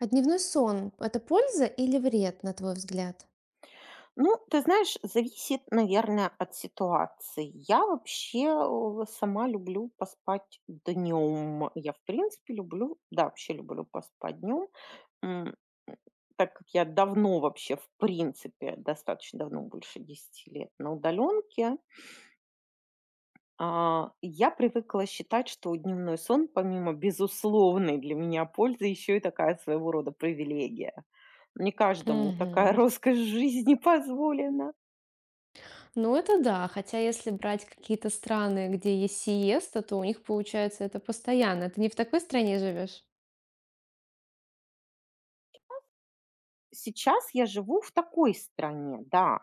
А дневной сон– это польза или вред, на твой взгляд? Ну, ты знаешь, зависит, наверное, от ситуации. Я вообще сама люблю поспать днем. Я, в принципе, люблю, да, вообще люблю поспать днем. Так как я давно вообще, в принципе, достаточно давно, больше 10 лет на удаленке. Я привыкла считать, что дневной сон, помимо безусловной для меня пользы, еще и такая своего рода привилегия. Не каждому такая Мгм. роскошь жизни позволена. Ну, это да. Хотя, если брать какие-то страны, где есть сиеста, то у них получается это постоянно. Ты не в такой стране живешь? Сейчас я живу в такой стране, да.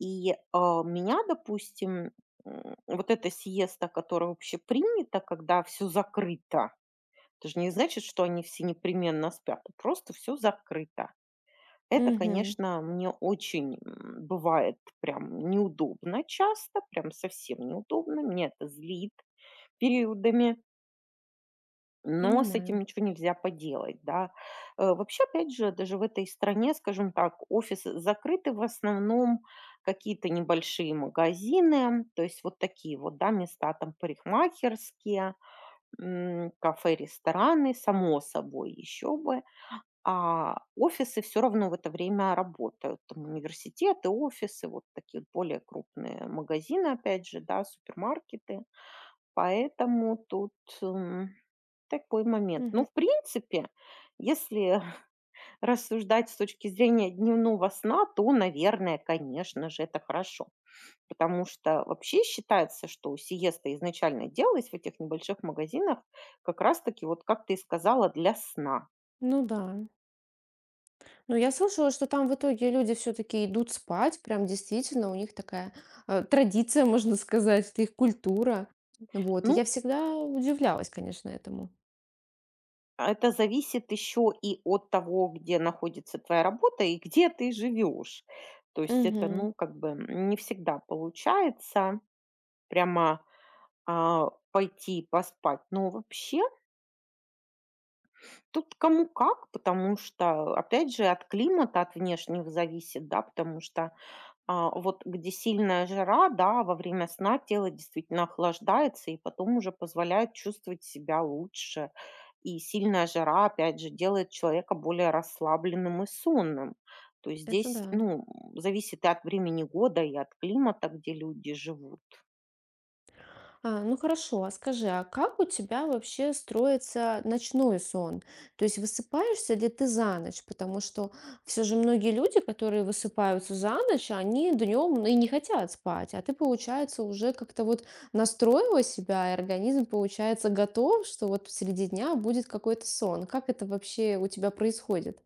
И, меня, допустим, вот эта сиеста, которая вообще принята, когда все закрыто, это же не значит, что они все непременно спят, а просто все закрыто. Это, Мгм. конечно, мне очень, бывает прям неудобно часто, прям совсем неудобно, меня это злит периодами. Но с этим Понимаю. ничего нельзя поделать, да. Вообще, опять же, даже в этой стране, скажем так, офисы закрыты, в основном какие-то небольшие магазины, то есть вот такие вот, да, места там парикмахерские, кафе, рестораны, само собой, еще бы. А офисы все равно в это время работают. Там университеты, офисы, вот такие вот более крупные магазины, опять же, да, супермаркеты. Поэтому тут, м, такой момент. Ну, Мгм. в принципе, если рассуждать с точки зрения дневного сна, то, наверное, конечно же, это хорошо. Потому что вообще считается, что сиеста изначально делалась в этих небольших магазинах как раз-таки, вот как ты и сказала, для сна. Ну да. Ну, я слышала, что там в итоге люди все-таки идут спать, прям действительно у них такая традиция, можно сказать, это их культура. Вот. И я Ну, всегда удивлялась, конечно, этому. а это зависит еще и от того, где находится твоя работа и где ты живешь. То есть это, Мгм. ну, как бы не всегда получается прямо пойти поспать. Но вообще тут кому как, потому что, опять же, от климата, от внешних зависит, да, потому что вот где сильная жара, да, во время сна тело действительно охлаждается и потом уже позволяет чувствовать себя лучше. И сильная жара, опять же, делает человека более расслабленным и сонным. То есть Это здесь, да. ну, зависит и от времени года, и от климата, где люди живут. А, ну хорошо, а скажи, а как у тебя вообще строится ночной сон? То есть высыпаешься ли ты за ночь? Потому что все же многие люди, которые высыпаются за ночь, они днем и не хотят спать, а ты, получается, уже как-то вот настроила себя, и организм, получается, готов, что вот среди дня будет какой-то сон. Как это вообще у тебя происходит?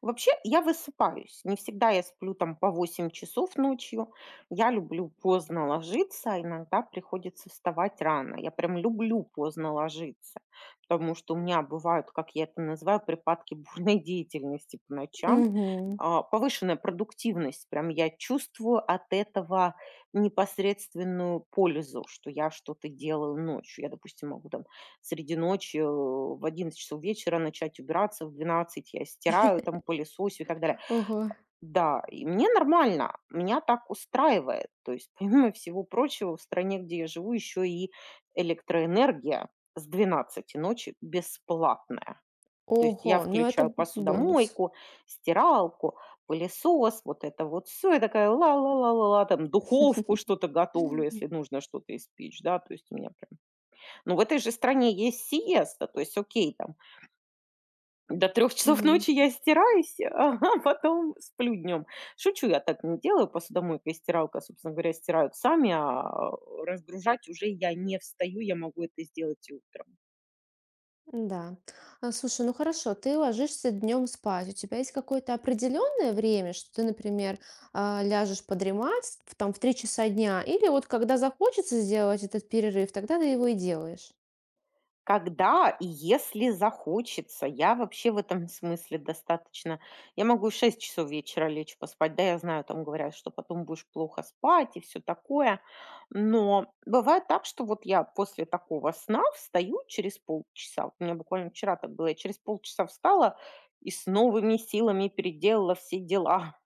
Вообще, я высыпаюсь. Не всегда я сплю там по 8 часов ночью. Я люблю поздно ложиться, а иногда приходится вставать рано. Я прям люблю поздно ложиться, потому что у меня бывают, как я это называю, припадки бурной деятельности по ночам. Угу. Повышенная продуктивность, прям я чувствую от этого непосредственную пользу, что я что-то делаю ночью. Я, допустим, могу там среди ночи, в 11 часов вечера начать убираться, в 12 я стираю, там пылесосю и так далее. Ого. Да, и мне нормально, меня так устраивает. То есть, помимо всего прочего, в стране, где я живу, еще и электроэнергия с 12 ночи бесплатная. То есть я Ого, ну включаю это бонус. посудомойку, стиралку, пылесос, вот это вот все. Я такая ла-ла-ла-ла-ла, там духовку что-то готовлю, если нужно что-то испечь, да, то есть у меня прям ну, в этой же стране есть сиеста, то есть окей, там до 3 часов Мгм. ночи я стираюсь, а потом сплю днем. Шучу, я так не делаю. Посудомойка и стиралка, собственно говоря, стирают сами, а разгружать уже я не встаю, я могу это сделать и утром. Да. А, слушай, ну хорошо, ты ложишься днем спать. У тебя есть какое-то определенное время, что ты, например, ляжешь подремать там в 3 часа дня, или вот когда захочется сделать этот перерыв, тогда ты его и делаешь. Когда и если захочется. Я вообще в этом смысле достаточно я могу и в 6 часов вечера лечь поспать. Да, я знаю, там говорят, что потом будешь плохо спать и все такое. Но бывает так, что вот я после такого сна встаю через полчаса. Вот у меня буквально вчера так было. Я через полчаса встала и с новыми силами переделала все дела.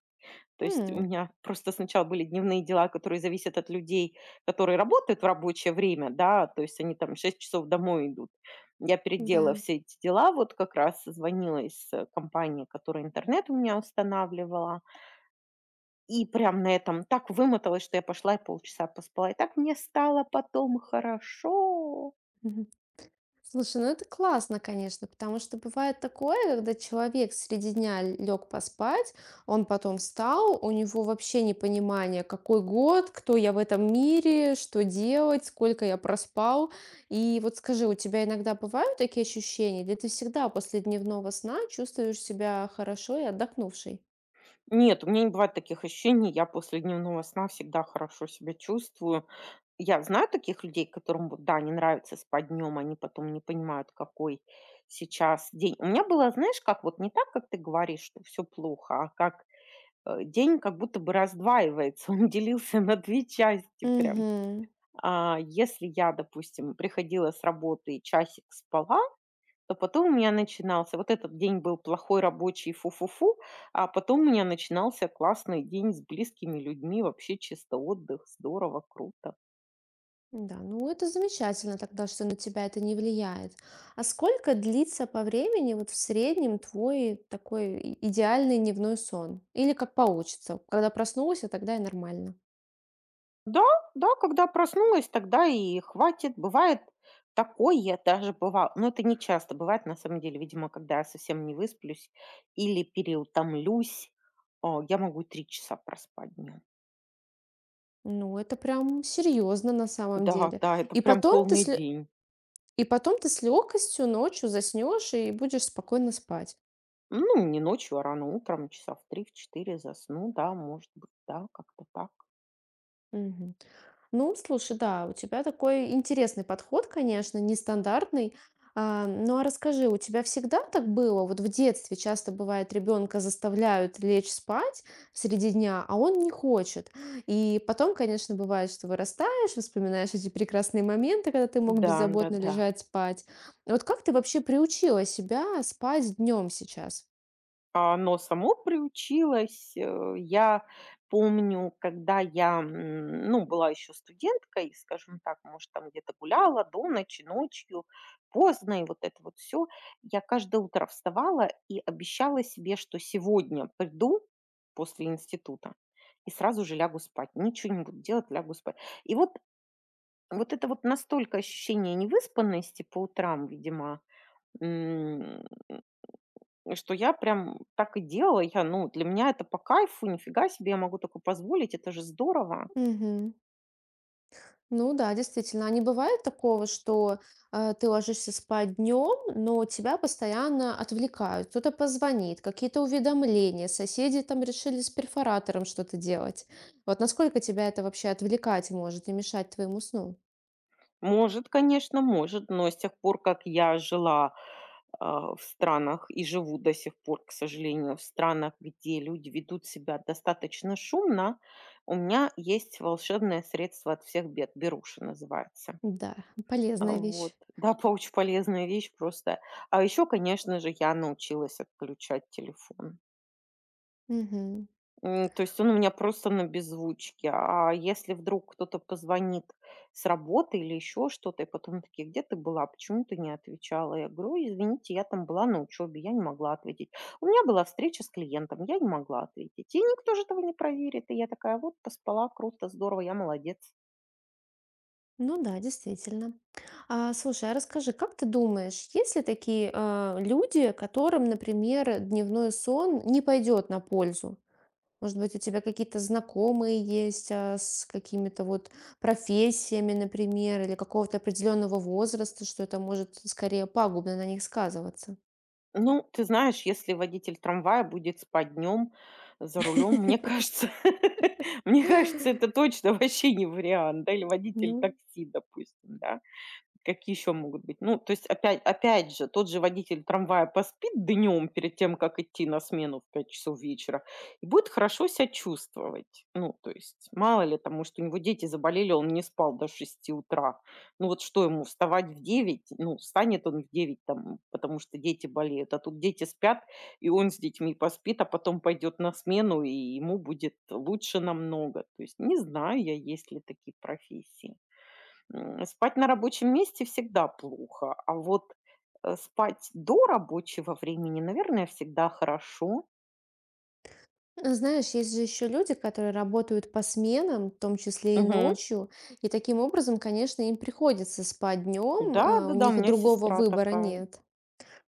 То есть у М, меня просто сначала были дневные дела, которые зависят от людей, которые работают в рабочее время, да, то есть они там 6 часов домой идут. Я переделала да. все эти дела, вот как раз звонила из компании, которая интернет у меня устанавливала, и прям на этом так вымоталась, что я пошла и полчаса поспала. И так мне стало потом хорошо. Слушай, ну это классно, конечно, потому что бывает такое, когда человек среди дня лег поспать, он потом встал, у него вообще непонимание, какой год, кто я в этом мире, что делать, сколько я проспал. И вот скажи, у тебя иногда бывают такие ощущения, или ты всегда после дневного сна чувствуешь себя хорошо и отдохнувшей? Нет, у меня не бывает таких ощущений. Я после дневного сна всегда хорошо себя чувствую. Я знаю таких людей, которым, вот да, не нравится спать днем, они потом не понимают, какой сейчас день. У меня было, знаешь, как вот не так, как ты говоришь, что все плохо, а как день как будто бы раздваивается, он делился на две части прям. Угу. А, если я, допустим, приходила с работы и часик спала, то потом у меня начинался вот этот день был плохой рабочий фу-фу-фу, а потом у меня начинался классный день с близкими людьми, вообще чисто отдых, здорово, круто. Да, ну это замечательно тогда, что на тебя это не влияет. А сколько длится по времени вот в среднем твой такой идеальный дневной сон? Или как получится? Когда проснулся, тогда и нормально. Да, да, когда проснулась, тогда и хватит. Бывает такое даже бывало, но это не часто бывает, на самом деле, видимо, когда я совсем не высплюсь или переутомлюсь, я могу и 3 часа проспать днем. Ну, это прям серьезно на самом Да, деле. да, это И прям потом ты полный с лё- день. и потом ты с легкостью ночью заснешь и будешь спокойно спать. Ну, не ночью, а рано утром, часа в 3, в 4 засну, да, может быть, да, как-то так. Мгм. Ну, слушай, да, у тебя такой интересный подход, конечно, нестандартный. А, ну а расскажи, у тебя всегда так было? Вот в детстве часто бывает, ребенка заставляют лечь спать среди дня, а он не хочет. И потом, конечно, бывает, что вырастаешь, вспоминаешь эти прекрасные моменты, когда ты мог Да, беззаботно да-да. лежать спать. Вот как ты вообще приучила себя спать днем сейчас? Но само приучилось, я помню, когда я, ну, была еще студенткой, скажем так, может, там где-то гуляла до ночи, ночью, поздно, и вот это вот все. Я каждое утро вставала и обещала себе, что сегодня приду после института и сразу же лягу спать. Ничего не буду делать, лягу спать. И вот, вот это вот настолько ощущение невыспанности по утрам, видимо, м, что я прям так и делала. Я, ну, для меня это по кайфу, нифига себе, я могу такое позволить, это же здорово. Ну да, действительно, а не бывает такого, что ты ложишься спать днем, но тебя постоянно отвлекают. Кто-то позвонит, какие-то уведомления, соседи там решили с перфоратором что-то делать. Вот насколько тебя это вообще отвлекать может и мешать твоему сну? Может, конечно, может, но с тех пор, как я жила в странах и живу до сих пор, к сожалению, в странах, где люди ведут себя достаточно шумно, у меня есть волшебное средство от всех бед, беруши называется. Да, А, полезная вот. вещь. Да, по очень полезная вещь просто. А еще, конечно же, я научилась отключать телефон. Мгм. То есть он у меня просто на беззвучке. А если вдруг кто-то позвонит с работы или еще что-то, и потом такие, где ты была, почему ты не отвечала? Я говорю: «Ой, извините, я там была на учебе, я не могла ответить. У меня была встреча с клиентом, я не могла ответить». И никто же этого не проверит. И я такая, вот, поспала, круто, здорово, я молодец. Ну да, действительно. А, слушай, а расскажи, как ты думаешь, есть ли такие люди, которым, например, дневной сон не пойдет на пользу? Может быть, у тебя какие-то знакомые есть, с какими-то вот профессиями, например, или какого-то определенного возраста, что это может скорее пагубно на них сказываться? Ну, ты знаешь, если водитель трамвая будет спать днем за рулем, мне кажется, мне кажется, это точно вообще не вариант, да, или Ну, водитель такси, допустим, да. Какие еще могут быть? Ну, то есть опять же, тот же водитель трамвая поспит днем перед тем, как идти на смену в 5 часов вечера, и будет хорошо себя чувствовать. Ну, то есть мало ли там, что у него дети заболели, он не спал до 6 утра. Ну вот что ему, вставать в 9? Ну, встанет он в 9 там, потому что дети болеют, а тут дети спят, и он с детьми поспит, а потом пойдет на смену, и ему будет лучше намного. То есть не знаю я, есть ли такие профессии. Спать на рабочем месте всегда плохо, а вот, спать до рабочего времени, наверное, всегда хорошо. а знаешь, есть же еще люди, которые работают по сменам, в том числе и Мгм. ночью, и таким образом, конечно, им приходится спать днем, у Да-да-да, у них меня другого сестра выбора такая. нет.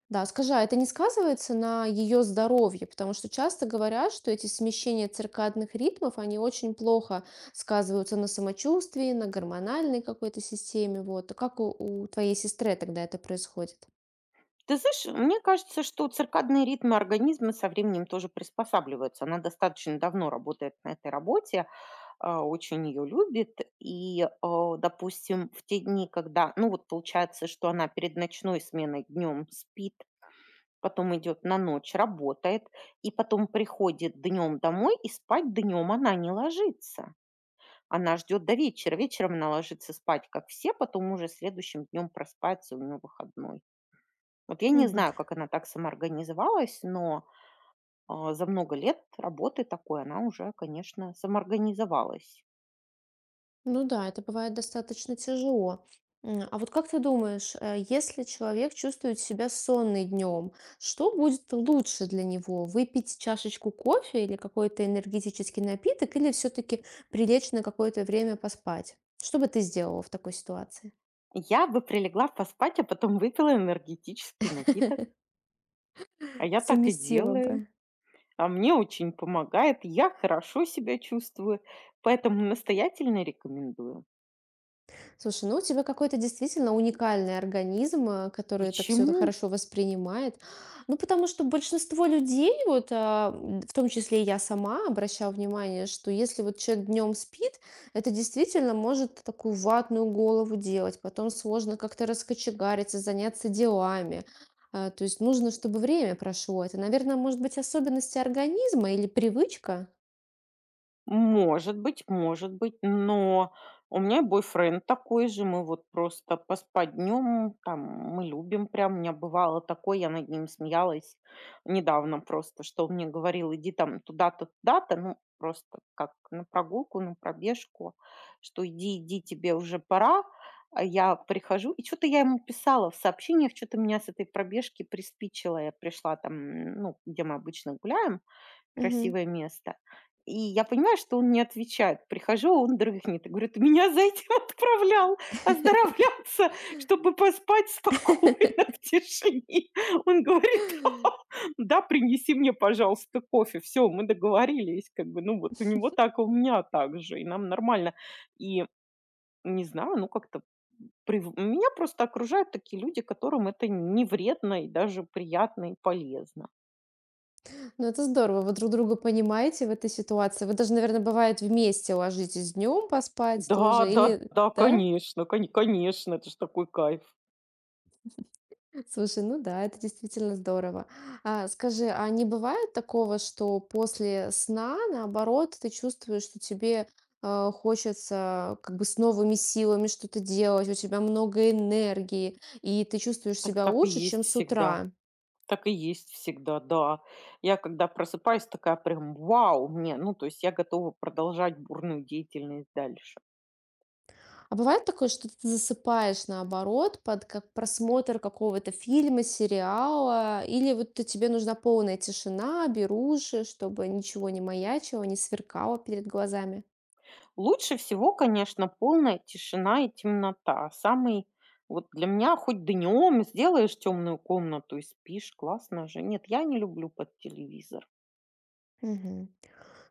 Да, скажи, а это не сказывается на ее здоровье? Потому что часто говорят, что эти смещения циркадных ритмов, они очень плохо сказываются на самочувствии, на гормональной какой-то системе. Вот. А как у твоей сестры тогда это происходит? Ты знаешь, мне кажется, что циркадные ритмы организма со временем тоже приспосабливаются. Она достаточно давно работает на этой работе, очень ее любит. И, допустим, в те дни, когда, ну, вот получается, что она перед ночной сменой днем спит, потом идет на ночь, работает, и потом приходит днем домой, и спать днем она не ложится. Она ждет до вечера. Вечером она ложится спать, как все, потом уже следующим днем проспается, у нее выходной. Вот я не Мгм. знаю, как она так самоорганизовалась, но за много лет работы такой она уже, конечно, самоорганизовалась. Ну да, это бывает достаточно тяжело. А вот как ты думаешь, если человек чувствует себя сонный днем, что будет лучше для него? Выпить чашечку кофе или какой-то энергетический напиток, или все-таки прилечь на какое-то время поспать? Что бы ты сделала в такой ситуации? Я бы прилегла поспать, а потом выпила энергетический напиток. А я так и Совместила делаю. бы. А мне очень помогает, я хорошо себя чувствую, поэтому настоятельно рекомендую. Слушай, ну у тебя какой-то действительно уникальный организм, который это все так Почему? хорошо воспринимает. Ну, потому что большинство людей, вот, в том числе и я сама, обращала внимание, что если вот человек днем спит, это действительно может такую ватную голову делать. Потом сложно как-то раскочегариться, заняться делами. А, то есть нужно, чтобы время прошло. Это, наверное, может быть особенности организма или привычка. Может быть, но у меня и бойфренд такой же. Мы вот просто поспать днем, там, мы любим прям. У меня бывало такое, я над ним смеялась недавно просто, что он мне говорил, иди там туда-то, туда-то, ну, просто как на прогулку, на пробежку, что иди, иди, тебе уже пора. А я прихожу, и что-то я ему писала в сообщениях, что-то меня с этой пробежки приспичило. Я пришла там, ну, где мы обычно гуляем, Мгм. красивое место. И я понимаю, что он не отвечает. Прихожу, а он дрыхнет. И говорю: «Ты меня за этим отправлял оздоровляться, чтобы поспать спокойно в тишине». Он говорит: «Да, принеси мне, пожалуйста, кофе». Все мы договорились, как бы, ну, вот у него так, и у меня так же, и нам нормально. И не знаю, ну, как-то прив меня просто окружают такие люди, которым это не вредно и даже приятно и полезно. Ну, это здорово. Вы друг друга понимаете в этой ситуации. Вы даже, наверное, бывает, вместе ложитесь днем поспать Да, тоже да, или да, да? конечно, конечно, это ж такой кайф. Слушай, ну да, это действительно здорово. А, скажи, а не бывает такого, что после сна, наоборот, ты чувствуешь, что тебе, хочется как бы с новыми силами что-то делать, у тебя много энергии, и ты чувствуешь Так себя так и лучше, есть чем с всегда, утра? так и есть всегда, да. Я когда просыпаюсь, такая прям: «Вау!» Мне, ну, то есть я готова продолжать бурную деятельность дальше. А бывает такое, что ты засыпаешь наоборот под как просмотр какого-то фильма, сериала, или вот тебе нужна полная тишина, беруши, чтобы ничего не маячило, не сверкало перед глазами? Лучше всего, конечно, полная тишина и темнота. Самый Вот для меня хоть днем сделаешь темную комнату и спишь, классно же. Нет, я не люблю под телевизор.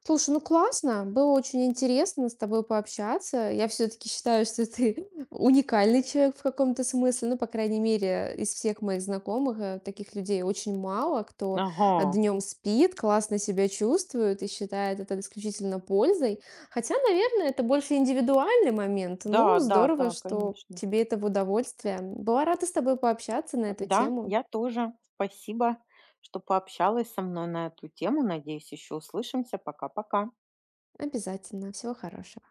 Слушай, ну классно, было очень интересно с тобой пообщаться. Я все-таки считаю, что ты уникальный человек в каком-то смысле. Ну, по крайней мере, из всех моих знакомых таких людей очень мало, кто Ага. днем спит, классно себя чувствует и считает это исключительно пользой. Хотя, наверное, это больше индивидуальный момент. Да, Ну, да, здорово, да, что конечно. тебе это в удовольствие. Была рада с тобой пообщаться на эту Да, тему. я тоже. Спасибо, что пообщалась со мной на эту тему. Надеюсь, еще услышимся. Пока-пока. Обязательно. Всего хорошего.